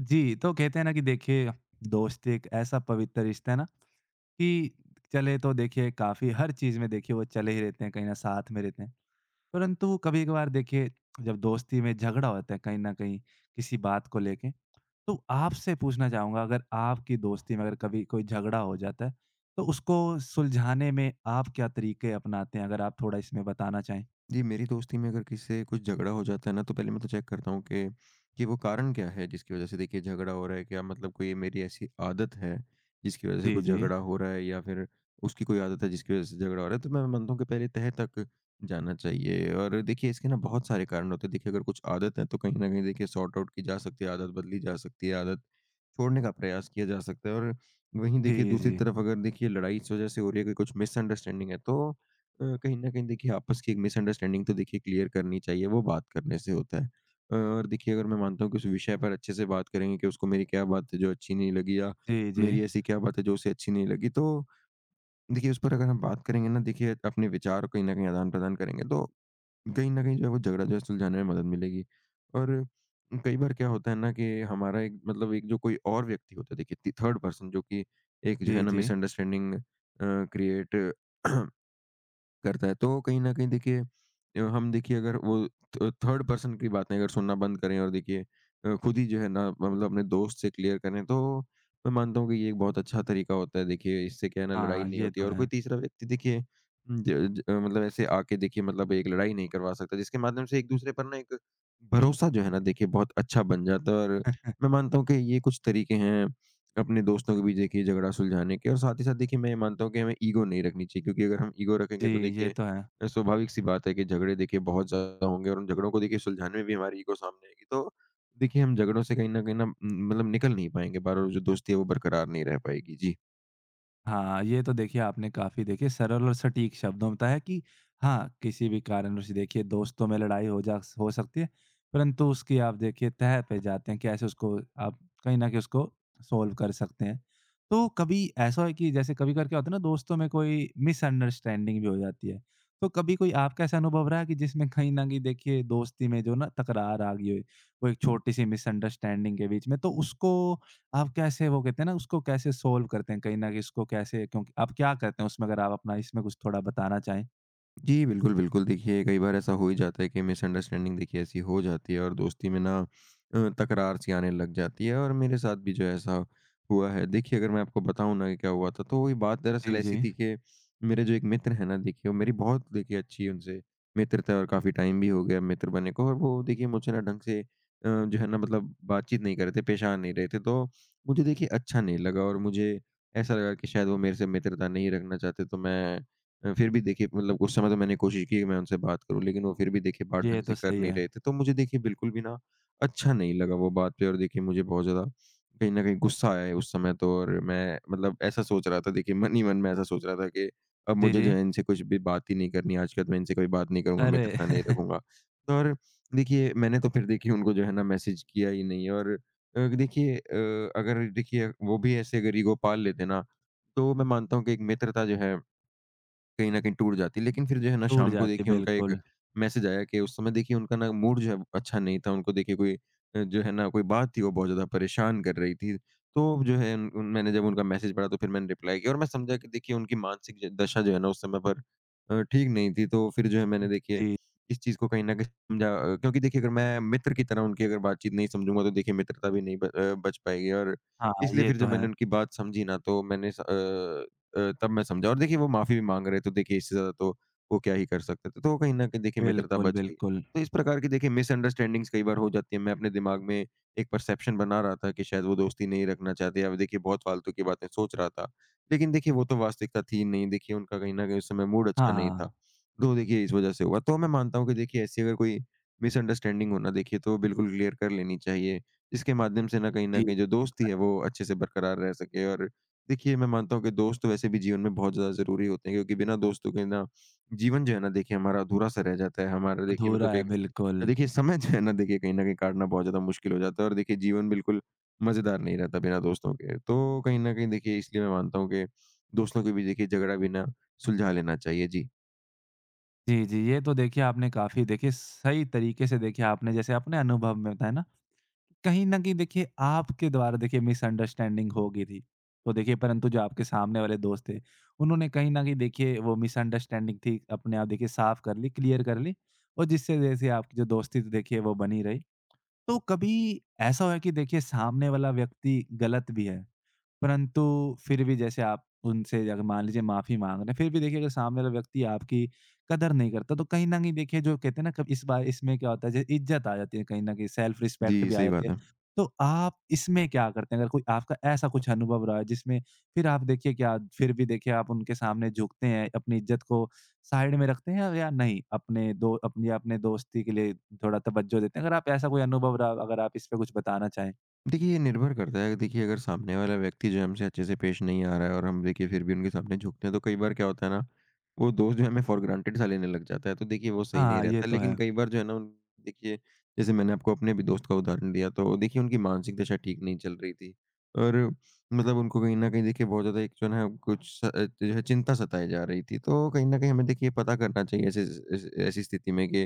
जी, तो कहते हैं ना कि देखिए, दोस्ती एक ऐसा पवित्र रिश्ता है ना कि चले तो देखिए काफ़ी हर चीज़ में देखिए वो चले ही रहते हैं, कहीं न साथ में रहते हैं। परंतु कभी-कभार देखिए जब दोस्ती में झगड़ा होता है कहीं न कहीं किसी बात को लेके, तो आपसे पूछना चाहूँगा अगर आपकी दोस्ती में अगर कभी कोई झगड़ा हो जाता है, तो उसको सुलझाने में आप क्या तरीके अपनाते हैं? अगर आप थोड़ा इसमें बताना चाहें। जी, मेरी दोस्ती में अगर किसी से कुछ झगड़ा हो जाता है ना, तो पहले मैं तो चेक करता हूँ कि वो कारण क्या है जिसकी वज़ह से देखिए झगड़ा हो रहा है? क्या मतलब कोई मेरी ऐसी आदत है, जिसकी वज़ह से जी, कुछ जी। झगड़ा हो रहा है, या फिर उसकी कोई आदत है जिसकी वज़ह से झगड़ा हो रहा है? तो मैं मानता हूँ कि पहले तह तक जाना चाहिए, और देखिए इसके ना बहुत सारे कारण होते हैं। देखिए अगर कुछ आदत है, तो कहीं न कहीं देखिए सॉर्ट आउट की जा सकती है, आदत बदली जा सकती है, आदत छोड़ने का प्रयास किया जा सकता है। और वहीं देखिए जी, दूसरी जी। तरफ अगर देखिए लड़ाई इस वजह से हो रही है कि कुछ मिसअंडरस्टैंडिंग है, तो कहीं ना कहीं देखिए आपस की एक मिसअंडरस्टैंडिंग तो देखिए क्लियर करनी चाहिए, वो बात करने से होता है। और देखिए, अगर मैं मानता हूँ कि उस विषय पर अच्छे से बात करेंगे कि उसको मेरी क्या बात है जो अच्छी नहीं लगी, या जी, जी। मेरी ऐसी क्या बात है जो उसे अच्छी नहीं लगी, तो देखिए उस पर अगर हम बात करेंगे ना, देखिए अपने विचार कहीं ना कहीं आदान प्रदान करेंगे, तो कहीं न कहीं जो है वो झगड़ा जो है सुलझाने में मदद मिलेगी। और कई बार क्या होता है ना, कि हमारा एक मतलब एक जो कोई और व्यक्ति होता है, देखिए थर्ड पर्सन, जो कि एक जो है जी, ना जी। मिसअंडरस्टैंडिंग क्रिएट करता है। तो कहीं न कहीं देखिए हम देखिए अगर वो थ थर्ड पर्सन की बातें अगर सुनना बंद करें, और देखिए खुद ही जो है ना मतलब अपने दोस्त से क्लियर करें, तो मैं मानता हूँ कि ये एक बहुत अच्छा तरीका होता है। देखिए इससे क्या है ना, लड़ाई हाँ, नहीं ये होती तो है, और कोई है। तीसरा व्यक्ति देखिए ज ज अ, मतलब ऐसे आके देखिए मतलब एक लड़ाई नहीं करवा सकता, जिसके माध्यम से एक-दूसरे पर ना एक भरोसा जो है ना देखिए बहुत अच्छा बन जाता है। और मैं मानता हूँ कि ये कुछ तरीके हैं अपने दोस्तों के बीच देखिए झगड़ा सुलझाने के, और साथ ही साथ देखिए मैं ये मानता हूँ कि हमें ईगो नहीं रखनी चाहिए, क्योंकि अगर हम ईगो जी, रखेंगे, तो ये देखिए तो है। स्वाभाविक सी बात है कि झगड़े देखिए बहुत ज़्यादा होंगे, और उन झगड़ों को देखिए सुलझाने में भी हमारी ईगो सामने आएगी, तो देखिए हम झगड़ों से कहीं ना मतलब निकल नहीं पाएंगे बार, और जो दोस्ती है वो बरकरार नहीं रह पाएगी। जी। हाँ, ये तो देखिए आपने काफ़ी देखिए सरल और सटीक शब्दों में बताया कि हाँ, किसी भी कारणवश देखिए दोस्तों में लड़ाई हो सकती है, परंतु उसकी आप देखिए तह पे जाते हैं, कैसे उसको आप कहीं न कहीं उसको सॉल्व कर सकते हैं। तो कभी ऐसा है कि जैसे कभी-कभार क्या होता है ना दोस्तों में कोई मिसअंडरस्टैंडिंग भी हो जाती है, तो कभी कोई आपका ऐसा अनुभव रहा है कि जिसमें कहीं न कहीं देखिए दोस्ती में जो ना तकरार आ गई हो, वो एक छोटी-सी मिसअंडरस्टैंडिंग के बीच में, तो उसको आप कैसे वो कहते हैं ना उसको कैसे सोल्व करते हैं कहीं न कहीं इसको कैसे क्योंकि आप क्या करते हैं उसमें अगर आप अपना इसमें कुछ थोड़ा बताना चाहें? जी, बिल्कुल, बिल्कुल। देखिए, कई बार ऐसा हो ही जाता है कि मिसअंडरस्टैंडिंग देखिए ऐसी हो जाती है, और दोस्ती में ना तकरार सी आने लग जाती है, और मेरे साथ भी जो है ऐसा हुआ है। देखिए, अगर मैं आपको बताऊँ ना कि क्या हुआ था, तो वही बात दरअसल जी, जी। ऐसी थी कि मेरे जो एक मित्र हैं ना देखिए, वो मेरी बहुत देखिए अच्छी उनसे मित्रता है, और काफ़ी टाइम भी हो गया मित्र बने को। और वो देखिए मुझसे ना ढंग से जो है ना मतलब बातचीत नहीं कर रहे थे, पेश आ नहीं रहे थे। तो मुझे देखिए अच्छा नहीं लगा, और मुझे ऐसा लगा कि शायद वो मेरे से मित्रता नहीं रखना चाहते, तो मैं फिर भी देखिए मतलब उस समय तो मैंने कोशिश की कि मैं उनसे बात करूँ, लेकिन वो फिर भी देखिए बात ये ढंग तो से कर सही नहीं है। रहे थे। तो मुझे देखिए बिल्कुल भी ना अच्छा नहीं लगा वो बात पे, और देखिए मुझे बहुत ज़्यादा कहीं न कहीं गुस्सा आया है उस समय तो। और मैं मतलब ऐसा सोच रहा था, देखिए मन ही मन में ऐसा सोच रहा था कि अब जी, मुझे जो जी। है इनसे कुछ भी बात ही नहीं करनी, आज के बाद मैं इनसे कोई बात नहीं करूँगा, अरे! मित्रता नहीं रखूँगा। तो और देखिए मैंने तो फिर देखिए उनको जो है ना मैसेज किया ही नहीं। और देखिए, अगर देखिए वो भी ऐसे अगर ईगो पाल लेते ना, तो मैं मानता हूँ कि एक मित्रता जो है कहीं न कहीं टूट जाती। लेकिन फिर जो है ना टूट शाम को जाती है देखिए उनका एक बिल्कुल। मैसेज आया कि उस समय देखिए उनका ना मूड जो है अच्छा नहीं था। उनको देखिए कोई जो है ना कोई बात थी, वो बहुत ज़्यादा परेशान कर रही थी। तो जो है उन उन मैंने जब उनका मैसेज पढ़ा, तो फिर मैंने रिप्लाई किया, और मैं समझा कि देखिए उनकी मानसिक ज दशा जो है ना उस समय पर ठीक नहीं थी। तो फिर जो है मैंने देखिए जी। इस चीज़ को कहीं न कहीं समझा, क्योंकि देखिए, अगर मैं मित्र की तरह उनकी अगर बातचीत नहीं समझूँगा, तो देखिए मित्रता भी नहीं बच पाएगी। और हाँ, इसलिए ये फिर तो जब है। मैंने उनकी बात समझी ना, तो मैंने स अ अ, तब मैं समझा, और देखिए वो माफ़ी भी माँग रहे, तो देखिए इससे ज़्यादा तो वो क्या ही कर सकते थे। तो कहीं न कहीं देखिए मित्रता बिल्कुल, बच गई। बिल्कुल। तो इस प्रकार की देखिए मिसअंडरस्टैंडिंग्स कई बार हो जाती हैं। मैं अपने दिमाग में एक परसेप्शन बना रहा था कि शायद वो दोस्ती नहीं रखना चाहते, या देखिए बहुत फ़ालतू की बातें सोच रहा था। लेकिन देखिए वो तो वास्तविकता थी नहीं। देखिए उनका कहीं न कहीं उस समय मूड हाँ, अच्छा नहीं हाँ। था। तो देखिए इस वज़ह से हुआ। तो मैं मानता हूँ कि देखिए ऐसी अगर कोई मिसअंडरस्टैंडिंग हो ना, देखिए तो बिल्कुल क्लियर कर लेनी चाहिए। इसके माध्यम से ना कहीं न जी, कहीं जो दोस्ती है वो अच्छे से बरकरार रह सके। और देखिए, मैं मानता हूँ कि दोस्त तो वैसे भी जीवन में बहुत ज़्यादा ज़रूरी होते हैं, क्योंकि बिना दोस्तों के ना जीवन जो है ना देखिए हमारा अधूरा-सा रह जाता है। हमारा देखिए अधूरा मतलब है एक बिल्कुल। देखिए समय जो है ना देखिए कहीं न कहीं काटना बहुत ज़्यादा मुश्किल हो जाता है, और देखिए जीवन बिल्कुल मज़ेदार नहीं रहता बिना दोस्तों के। तो कहीं न कहीं देखिए इसलिए मैं मानता हूँ कि दोस्तों के बीच देखिए झगड़ा भी ना सुलझा लेना चाहिए। जी। जी, जी। ये तो देखिए आपने काफ़ी देखिए सही तरीके से देखिए आपने जैसे अपने अनुभव में बताया ना कहीं न कहीं देखिए आपके द्वारा देखिए मिसअंडरस्टैंडिंग हो गई थी। तो देखिए परंतु जो आपके सामने वाले दोस्त थे, उन्होंने कहीं न कहीं देखिए वो मिसअंडरस्टैंडिंग थी अपने आप देखिए साफ़ कर ली, क्लियर कर ली और जिससे जैसे आपकी जो दोस्ती थी देखिए वो बनी रही। तो कभी ऐसा हुआ है कि देखिए सामने वाला व्यक्ति गलत भी है? परंतु फिर भी जैसे आप उनसे अगर मान लीजिए माफ़ी माँग रहे हैं, फिर भी देखिए अगर सामने वाला व्यक्ति आपकी कदर नहीं करता, तो कहीं न कहीं देखिए जो कहते हैं ना कब इस बार इसमें क्या होता है जैसे इज़्ज़त आ जाती है कहीं न कहीं, सेल्फ़ रिस्पेक्ट जी, भी आ सही जाती बात है। है। तो आप इसमें क्या करते हैं? अगर कोई आपका ऐसा कुछ अनुभव रहा है जिसमें फिर आप देखिए क्या फिर भी देखिए आप उनके सामने झुकते हैं, अपनी इज़्ज़त को साइड में रखते हैं या नहीं? अपने दो अपनी अपने दोस्ती के लिए थोड़ा तवज्जो देते हैं? अगर आप ऐसा कोई अनुभव रहा अगर आप इस पे कुछ बताना चाहें? देखिए, ये निर्भर करता है। देखिए, अगर सामने वाला व्यक्ति जो है हमसे अच्छे से पेश नहीं आ रहा है, और हम देखिए फिर भी उनके सामने झुकते हैं, तो कई बार क्या होता है ना, वो दोस्त जो है हमें फॉर ग्रांटेड सा लेने लग जाता है, तो देखिए वो सही नहीं हाँ, ये रहता। तो है। लेकिन कई बार जो है ना उन देखिए, जैसे मैंने आपको अपने भी दोस्त का उदाहरण दिया, तो देखिए उनकी मानसिक दशा ठीक नहीं चल रही थी, और मतलब उनको कहीं न कहीं देखिए बहुत ज़्यादा एक जो है ना कुछ जो है चिंता सताई जा रही थी। तो कहीं न कहीं हमें देखिए पता करना चाहिए ऐसे स ऐस ऐसी स्थिति में कि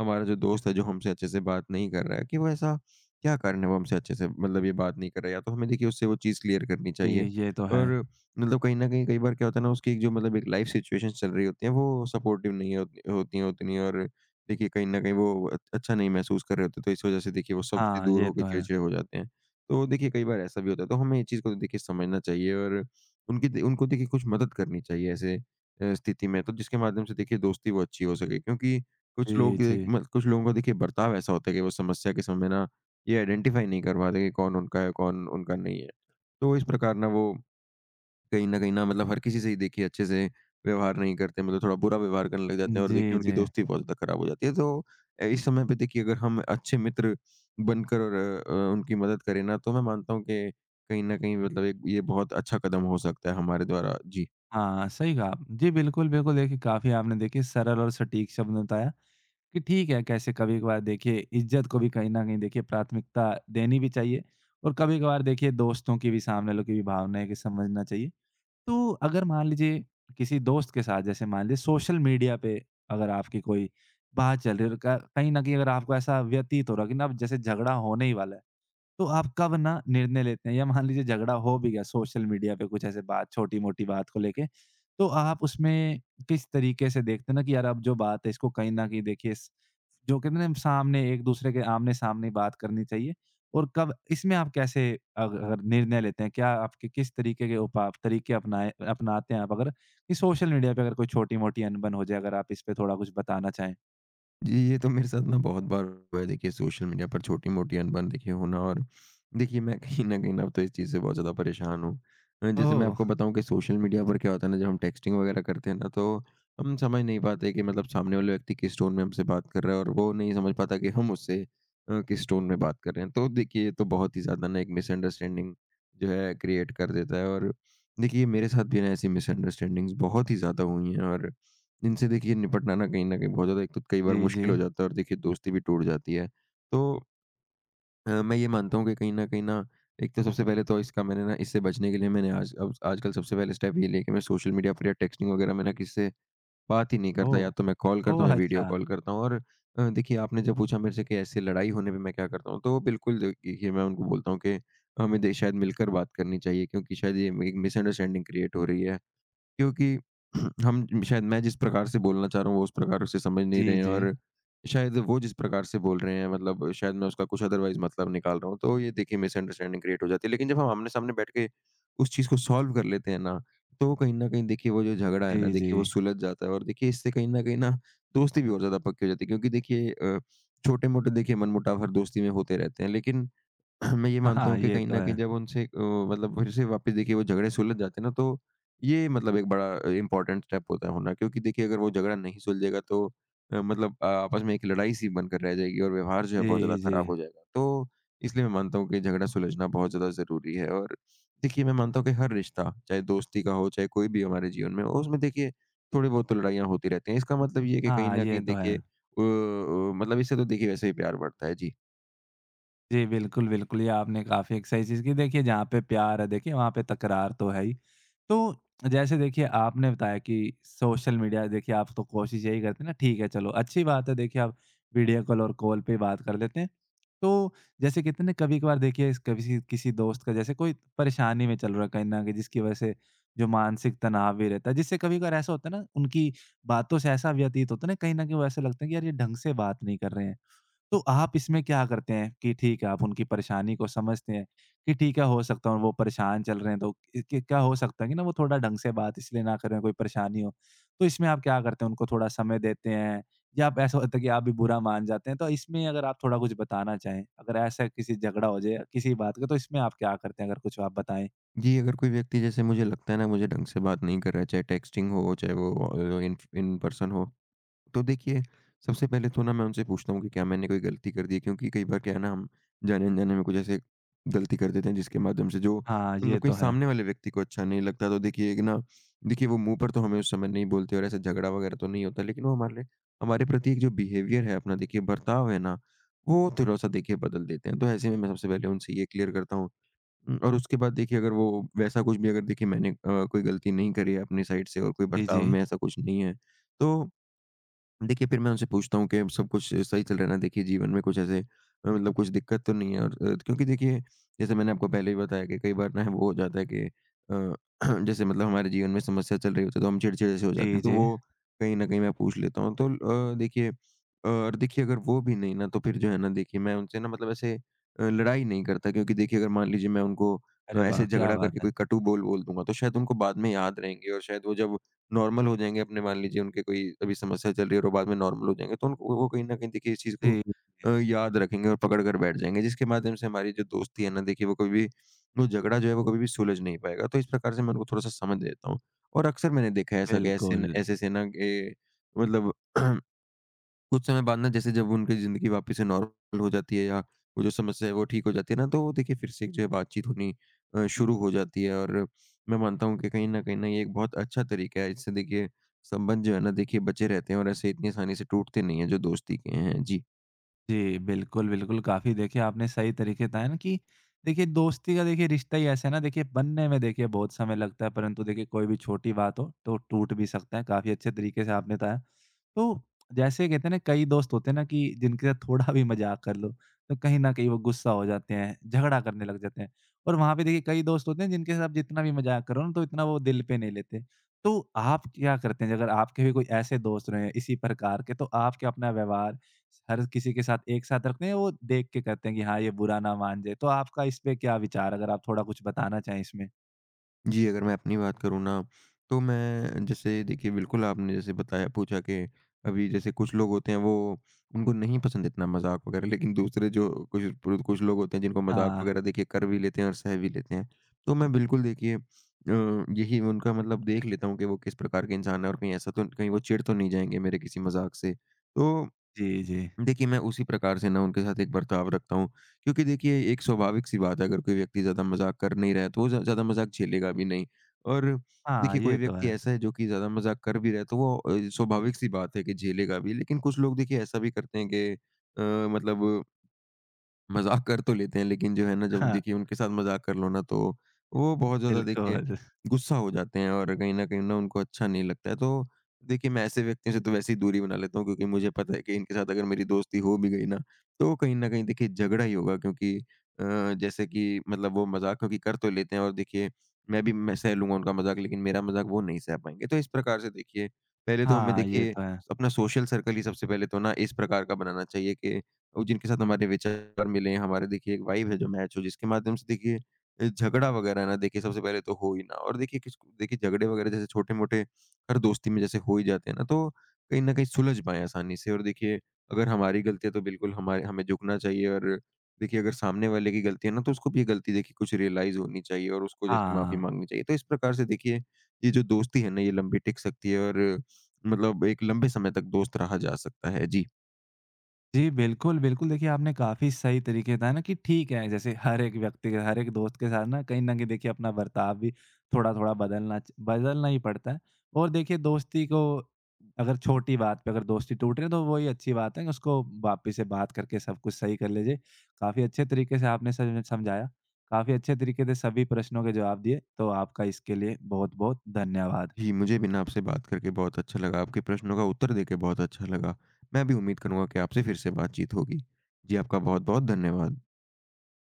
हमारा जो दोस्त है, जो हमसे अच्छे से बात नहीं कर रहा है, कि वो ऐसा क्या कारण है वो हमसे अच्छे से मतलब ये बात नहीं कर रहा है, या तो हमें देखिए उससे वो चीज़ क्लियर करनी जी, चाहिए। ये तो है। और मतलब कहीं न कहीं कई बार क्या होता है ना उसकी एक जो मतलब एक लाइफ़ सिचुएशंस चल रही होती हैं, वो सपोर्टिव नहीं होती होती हैं उतनी। और देखिए कहीं न कहीं वो अच्छा नहीं महसूस कर रहे होते, तो इस वज़ह से देखिए वो सबसे हाँ, दूर ये होके तो है। चिड़चिड़े हो जाते हैं। तो देखिए कई बार ऐसा भी होता है, तो हमें ये चीज़ को देखिए समझना चाहिए, और उनकी दे उनको देखिए कुछ मदद करनी चाहिए ऐसे स्थिति में, तो जिसके माध्यम से देखिए दोस्ती वो अच्छी हो सके। क्योंकि कुछ जी, लोग जी। कुछ लोगों का देखिए बर्ताव ऐसा होता है कि वो समस्या के समय ना ये आइडेंटिफ़ाई नहीं कर पाते कि कौन उनका है, कौन उनका नहीं है। तो इस प्रकार ना वो कहीं न कहीं ना मतलब हर किसी से ही देखिए अच्छे से व्यवहार नहीं करते, मतलब थोड़ा बुरा व्यवहार करने लग जाते हैं, और देखिए जी, उनकी जी। दोस्ती बहुत ज़्यादा खराब हो जाती है। तो इस समय पे देखिए अगर हम अच्छे मित्र बनकर, और उनकी मदद करें ना, तो मैं मानता हूँ कि कहीं न कहीं मतलब एक ये बहुत अच्छा कदम हो सकता है हमारे द्वारा। जी। हाँ, सही कहा आप। जी, बिल्कुल, बिल्कुल, देखिए काफ़ी आपने देखिए सरल और सटीक शब्द में बताया कि ठीक है, कैसे कभी-कभार देखिए इज़्ज़त को भी कहीं न कहीं देखिए प्राथमिकता देनी भी चाहिए और कभी-कभार देखिए दोस्तों की भी, सामने वालों की भी भावनाएँ कि समझना चाहिए। तो अगर मान लीजिए किसी दोस्त के साथ जैसे मान लीजिए सोशल मीडिया पे अगर आपकी कोई बात चल रही है और क कहीं न कहीं अगर आपको ऐसा व्यतीत हो रहा है कि ना अब जैसे झगड़ा होने ही वाला है। तो आप कब ना निर्णय लेते हैं या मान लीजिए झगड़ा हो भी गया सोशल मीडिया पे कुछ ऐसे बात छोटी-मोटी बात को लेके, तो आप उसमें किस तरीके से देखते हैं ना कि यार अब जो बात है इसको कहीं न कहीं देखिए स जो कहते हैं ना सामने एक दूसरे के आमने-सामने बात करनी चाहिए और कब इसमें आप कैसे अग अगर निर्णय लेते हैं? क्या आपके किस तरीके के उपाय तरीके अपनाए अपनाते हैं आप अगर कि सोशल मीडिया पे अगर कोई छोटी-मोटी अनबन हो जाए अगर आप इस पे थोड़ा कुछ बताना चाहें? जी, ये तो मेरे साथ ना बहुत बार हुआ है, देखिए सोशल मीडिया पर छोटी-मोटी अनबन देखिए होना। और देखिए मैं कहीं न कहीं ना अब तो इस चीज़ से बहुत ज़्यादा परेशान हूँ। जैसे मैं ओह! आपको बताऊँ कि सोशल मीडिया पर क्या होता है ना, जब हम टेक्स्टिंग वगैरह करते हैं ना, तो हम समझ नहीं पाते कि मतलब सामने वाले व्यक्ति किस टोन में हमसे बात कर रहा है, और वो नहीं समझ पाता कि हम उससे किस टोन में बात कर रहे हैं। तो देखिए ये तो बहुत ही ज़्यादा ना एक मिसअंडरस्टैंडिंग जो है क्रिएट कर देता है, और देखिए मेरे साथ भी ना ऐसी मिसअंडरस्टैंडिंग्स बहुत ही ज़्यादा हुई हैं और इनसे देखिए निपटना ना कहीं न कहीं बहुत ज़्यादा एक तो कई बार जी, जी। मुश्किल हो जाता है और देखिए दोस्ती भी टूट जाती है। तो मैं ये मानता हूँ कि कहीं न कहीं ना एक तो सबसे पहले तो इसका मैंने ना इससे बचने के लिए मैंने आज अब आजकल सबसे पहले स्टेप ये लिया कि मैं सोशल मीडिया पर या टेक्स्टिंग वगैरह में ना किसी से बात ही नहीं करता। ओह! या तो मैं कॉल करता ओह! हूँ या वीडियो अच्छा। कॉल करता हूँ। और देखिए, आपने जब पूछा मेरे से कि ऐसे लड़ाई होने पे मैं क्या करता हूँ? तो बिल्कुल देखिए मैं उनको बोलता हूँ कि हमें दे शायद मिलकर बात करनी चाहिए, क्योंकि शायद ये एक मिसअंडरस्टैंडिंग क्रिएट हो रही है। क्योंकि हम शायद मैं जिस प्रकार से बोलना चाह रहा हूँ, वो उस प्रकार से समझ नहीं जी, रहे हैं, जी। और शायद वो जिस प्रकार से बोल रहे हैं, मतलब शायद मैं उसका कुछ अदरवाइज़ मतलब निकाल रहा हूँ, तो ये देखिए मिसअंडरस्टैंडिंग क्रिएट हो जाती है। लेकिन जब हम आमने-सामने बैठ के उस चीज़ को सॉल्व कर लेते हैं ना, तो कहीं न कहीं देखिए वो जो झगड़ा है ना, जी, जी। देखिए वो सुलझ जाता है, और देखिए इससे कहीं न कहीं ना दोस्ती भी और ज़्यादा पक्की हो जाती है, क्योंकि देखिए छोटे-मोटे देखिए मनमुटाव हर दोस्ती में होते रहते हैं। लेकिन मैं ये हाँ, मानता हाँ, हूँ कि ये कहीं तो न कहीं है। मतलब फिर से वापस देखिए वो झगड़े सुलझ जाते हैं ना, तो ये मतलब एक बड़ा इम्पोर्टेंट स्टेप होता है होना, क्योंकि देखिए अगर वो झगड़ा नहीं सुलझेगा तो मतलब आपस में एक लड़ाई-सी बनकर रह जाएगी, और व्यवहार जो है बहुत ज़्यादा जी, जी। खराब हो जाएगा। तो इसलिए मैं मानता हूँ कि झगड़ा सुलझना बहुत ज़्यादा ज़रूरी है। और देखिए मैं मानता हूँ कि हर रिश्ता, चाहे दोस्ती का हो, चाहे कोई भी हो हमारे जीवन में हो, उसमें देखिए थोड़ी बहुत तो लड़ाइयाँ होती रहती हैं। इसका मतलब ये है कि कहीं हाँ, न ये कहीं तो है। देखिए मतलब इससे तो देखिए वैसे ही प्यार बढ़ता है। जी। जी, बिल्कुल, बिल्कुल। ये आपने काफ़ी एक सही चीज़ की। देखिए, जहाँ पे प्यार है, देखिए, वहाँ पे तकरार तो है ही। तो जैसे देखिए, आपने बताया कि सोशल मीडिया देखिए, आप तो कोशिश यही करते हैं ना, ठीक है, चलो, अच्छी बात है, देखिए, आप वीडियो कॉल और कॉल पे ही बात कर लेते हैं। तो जैसे कितने कभी-कभार देखिए, इस कभी किसी दोस्त का जैसे कोई परेशानी में चल रहा है कहीं न कहीं, जिसकी वजह से जो मानसिक तनाव भी रहता है, जिससे कभी-कभार ऐसा होता है ना, उनकी बातों से ऐसा व्यतीत होता है ना, कहीं न कहीं वो ऐसा लगता है कि, "यार, ये ढंग से बात नहीं कर रहे हैं।" तो आप इसमें क्या करते हैं कि ठीक है, आप उनकी परेशानी को समझते हैं कि ठीक है, हो सकता है वो परेशान चल रहे हैं तो इ क क्या हो सकता है कि ना वो थोड़ा ढंग से बात इसलिए ना कर रहे हैं, कोई परेशानी हो। तो इसमें आप क्या करते हैं, उनको थोड़ा समय देते हैं या आप ऐसा होता है कि आप भी बुरा मान जाते हैं? तो इसमें अगर आप थोड़ा कुछ बताना चाहें, अगर ऐसा किसी झगड़ा हो जाए किसी बात का तो इसमें आप क्या करते हैं? अगर कुछ आप बताएँ? जी, अगर कोई व्यक्ति, जैसे मुझे लगता है ना, मुझे ढंग से बात नहीं कर रहा है, चाहे टेक्सटिंग हो, चाहे वो इन इन पर्सन हो, तो देखिए सबसे पहले तो ना मैं उनसे पूछता हूँ कि क्या मैंने कोई गलती कर दी है? क्योंकि कई बार क्या है ना, हम जाने-अनजाने में कुछ ऐसे गलती कर देते हैं जिसके माध्यम से जो हाँ, ये मतलब कहीं तो है। सामने वाले व्यक्ति को अच्छा नहीं लगता, तो देखिए एक ना देखिए वो मुँह पर तो हमें उस समय नहीं बोलते, और ऐसा झगड़ा वगैरह तो नहीं होता, लेकिन वो हमारे लिए, हमारे प्रति एक जो बिहेवियर है अपना, देखिए बर्ताव है ना, वो थोड़ा-सा देखिए बदल देते हैं। तो ऐसे में मैं सबसे पहले उनसे ये क्लियर करता हूँ हुँ, और उसके बाद देखिए अगर वो वैसा कुछ भी, अगर देखिए मैंने कोई गलती नहीं करी है अपनी साइड से, और कोई जी, जी। बर्ताव में ऐसा कुछ नहीं है, तो देखिए, फिर मैं उनसे पूछता हूँ कि अब सब कुछ सही चल रहा है ना? देखिए, जीवन में कुछ ऐसे मतलब कुछ दिक्कत तो नहीं है, और क्योंकि देखिए, जैसे मैंने आपको पहले भी बताया कि कई बार ना वो हो जाता है कि जैसे मतलब हमारे जीवन में समस्या चल रही होती है, तो हम चिड़चिड़े से हो जाते जी, हैं, तो जी। वो कहीं न कहीं मैं पूछ लेता हूँ। तो देखिए और देखिए अगर वो भी नहीं ना, तो फिर जो है ना देखिए, मैं उनसे ना मतलब ऐसे लड़ाई नहीं करता, क्योंकि देखिए अगर मान लीजिए मैं उनको अरे वाह! ऐसे क्या झगड़ा करके बात है। कोई कटु बोल बोल दूँगा, तो शायद उनको बाद में याद रहेंगे, और शायद वो जब नॉर्मल हो जाएँगे अपने, मान लीजिए उनके कोई अभी समस्या चल रही है और वो बाद में नॉर्मल हो जाएँगे, तो उनको वो कहीं न कहीं देखिए इस चीज़ को जी, जी। याद रखेंगे और पकड़ कर बैठ जाएँगे, जिसके माध्यम से हमारी जो दोस्ती है ना, देखिए वो कभी भी, वो झगड़ा जो है वो कभी भी सुलझ नहीं पाएगा, तो इस प्रकार से मैं उनको थोड़ा-सा समझ देता हूँ। और अक्सर मैंने देखा है ऐसा कि ऐसे बिल्कुल। न ऐसे से ना के मतलब कुछ समय बाद ना, जैसे जब उनकी ज़िंदगी वापस से नॉर्मल हो जाती है, या वो जो समस्या है वो ठीक हो जाती है ना, तो देखिए फिर से एक जो है बातचीत होनी शुरू हो जाती है, और मैं मानता हूँ कि कहीं न ये एक बहुत अच्छा तरीका है। इससे देखिए संबंध जो है ना, देखिए बचे रहते हैं और ऐसे इतनी आसानी से टूटते नहीं हैं जो दोस्ती के हैं। जी। जी, बिल्कुल, बिल्कुल। काफ़ी देखिए आपने सही तरीके बताया ना कि देखिए दोस्ती का देखिए रिश्ता ही ऐसा है ना देखिए बनने में देखिए बहुत समय लगता है, परंतु देखिए कोई भी छोटी बात हो तो टूट भी सकता है। काफ़ी अच्छे तरीके से आपने बताया। तो जैसे कहते हैं ना कई दोस्त होते हैं ना कि जिनके साथ थोड़ा भी मज़ाक कर लो, तो कहीं न कहीं वो गुस्सा हो जाते हैं, झगड़ा करने लग जाते हैं। और वहाँ पे देखिए कई दोस्त होते हैं जिनके साथ आप जितना भी मज़ाक करो ना तो इतना वो दिल पे नहीं लेते। तो आप क्या करते हैं? अगर आपके भी कोई ऐसे दोस्त रहे हैं इसी प्रकार के तो आप क्या अपना व्यवहार हर किसी के साथ एक साथ रखते हैं, वो देख के करते हैं कि हाँ, ये बुरा ना मान जाए। तो आपका इस पे क्या विचार अगर आप थोड़ा कुछ बताना चाहें इसमें? जी, अगर मैं अपनी बात करूँ ना, तो मैं जैसे देखिए बिल्कुल आपने जैसे बताया, पूछा कि अभी जैसे कुछ लोग होते हैं, वो उनको नहीं पसंद इतना मज़ाक वग़ैरह, लेकिन दूसरे जो कुछ पुर कुछ लोग होते हैं जिनको मज़ाक हाँ, वग़ैरह देखिए कर भी लेते हैं और सह भी लेते हैं। तो मैं बिल्कुल देखिए यही उनका मतलब देख लेता हूँ कि वो किस प्रकार के इंसान हैं, और कहीं ऐसा तो कहीं वो चिढ़ तो नहीं जाएँगे मेरे किसी मज़ाक से। तो जी, जी। देखिए, मैं उसी प्रकार से ना उनके साथ एक बर्ताव रखता हूँ, क्योंकि देखिए एक स्वाभाविक-सी बात है, अगर कोई व्यक्ति ज़्यादा मज़ाक कर नहीं रहा है, तो वो ज़्यादा मज़ाक झेलेगा भी नहीं। और हाँ, देखिए कोई ये तो व्यक्ति है। ऐसा है जो कि ज़्यादा मज़ाक कर भी रहा है, तो वो स्वाभाविक-सी बात है कि झेलेगा भी। लेकिन कुछ लोग देखिए ऐसा भी करते हैं कि मतलब मज़ाक कर तो लेते हैं, लेकिन जो है ना, जब हाँ, देखिए उनके साथ मज़ाक कर लो ना, तो वो बहुत ज़्यादा देखिए बिल्कुल। गुस्सा हो जाते हैं, और कहीं न कहीं ना उनको अच्छा नहीं लगता है। तो देखिए, मैं ऐसे व्यक्तियों से तो वैसे ही दूरी बना लेता हूँ, क्योंकि मुझे पता है कि इनके साथ अगर मेरी दोस्ती हो भी गई ना, तो कहीं न कहीं देखिए झगड़ा ही होगा, क्योंकि जैसे कि मतलब वो मज़ाक क्योंकि कर तो लेते हैं, और देखिए मैं सह लूँगा उनका मज़ाक, लेकिन मेरा मज़ाक वो नहीं सह पाएँगे। तो इस प्रकार से देखिए, पहले तो हमें हाँ, ये देखिए तो है। अपना सोशल सर्कल ही सबसे पहले तो ना इस प्रकार का बनाना चाहिए कि और जिनके साथ हमारे विचार मिले, हमारे देखिए एक वाइब है जो मैच हो, जिसके माध्यम से देखिए झगड़ा वगैरह ना देखिए सबसे पहले तो हो ही ना। और देखिए किस देखिए झगड़े वगैरह जैसे छोटे-मोटे हर दोस्ती में जैसे हो ही जाते हैं ना, तो कहीं न कहीं सुलझ पाएँ आसानी से। और देखिए अगर हमारी गलती है तो बिल्कुल हमारे हमें झुकना चाहिए, और देखिए अगर सामने वाले की गलती है ना, तो उसको भी ये गलती देखिए कुछ रियलाइज़ होनी चाहिए, और उसको जैसे माफ़ी हाँ। माँगनी चाहिए। तो इस प्रकार से देखिए ये जो दोस्ती है ना, ये लंबी टिक सकती है, और मतलब एक लंबे समय तक दोस्त रहा जा सकता है। जी। जी, बिल्कुल, बिल्कुल। देखिए, आपने काफ़ी सही तरीके बताया ना कि ठीक है, जैसे हर एक व्यक्ति के हर एक दोस्त के साथ ना कहीं न कहीं देखिए अपना बर्ताव भी थोड़ा-थोड़ा बदलना ही पड़ता है। और देखिए दोस्ती को अगर छोटी बात पे अगर दोस्ती टूट रही है तो वो ही अच्छी बात है कि उसको वापस से बात करके सब कुछ सही कर लीजिए। काफ़ी अच्छे तरीके से आपने सम समझाया। काफ़ी अच्छे तरीके से सभी प्रश्नों के जवाब दिए, तो आपका इसके लिए बहुत-बहुत धन्यवाद। जी, मुझे भी ना आपसे बात करके बहुत अच्छा लगा। आपके प्रश्नों का उत्तर देके बहुत अच्छा लगा। मैं भी उम्मीद करूँगा कि आपसे फिर से बातचीत होगी। जी, आपका बहुत-बहुत धन्यवाद।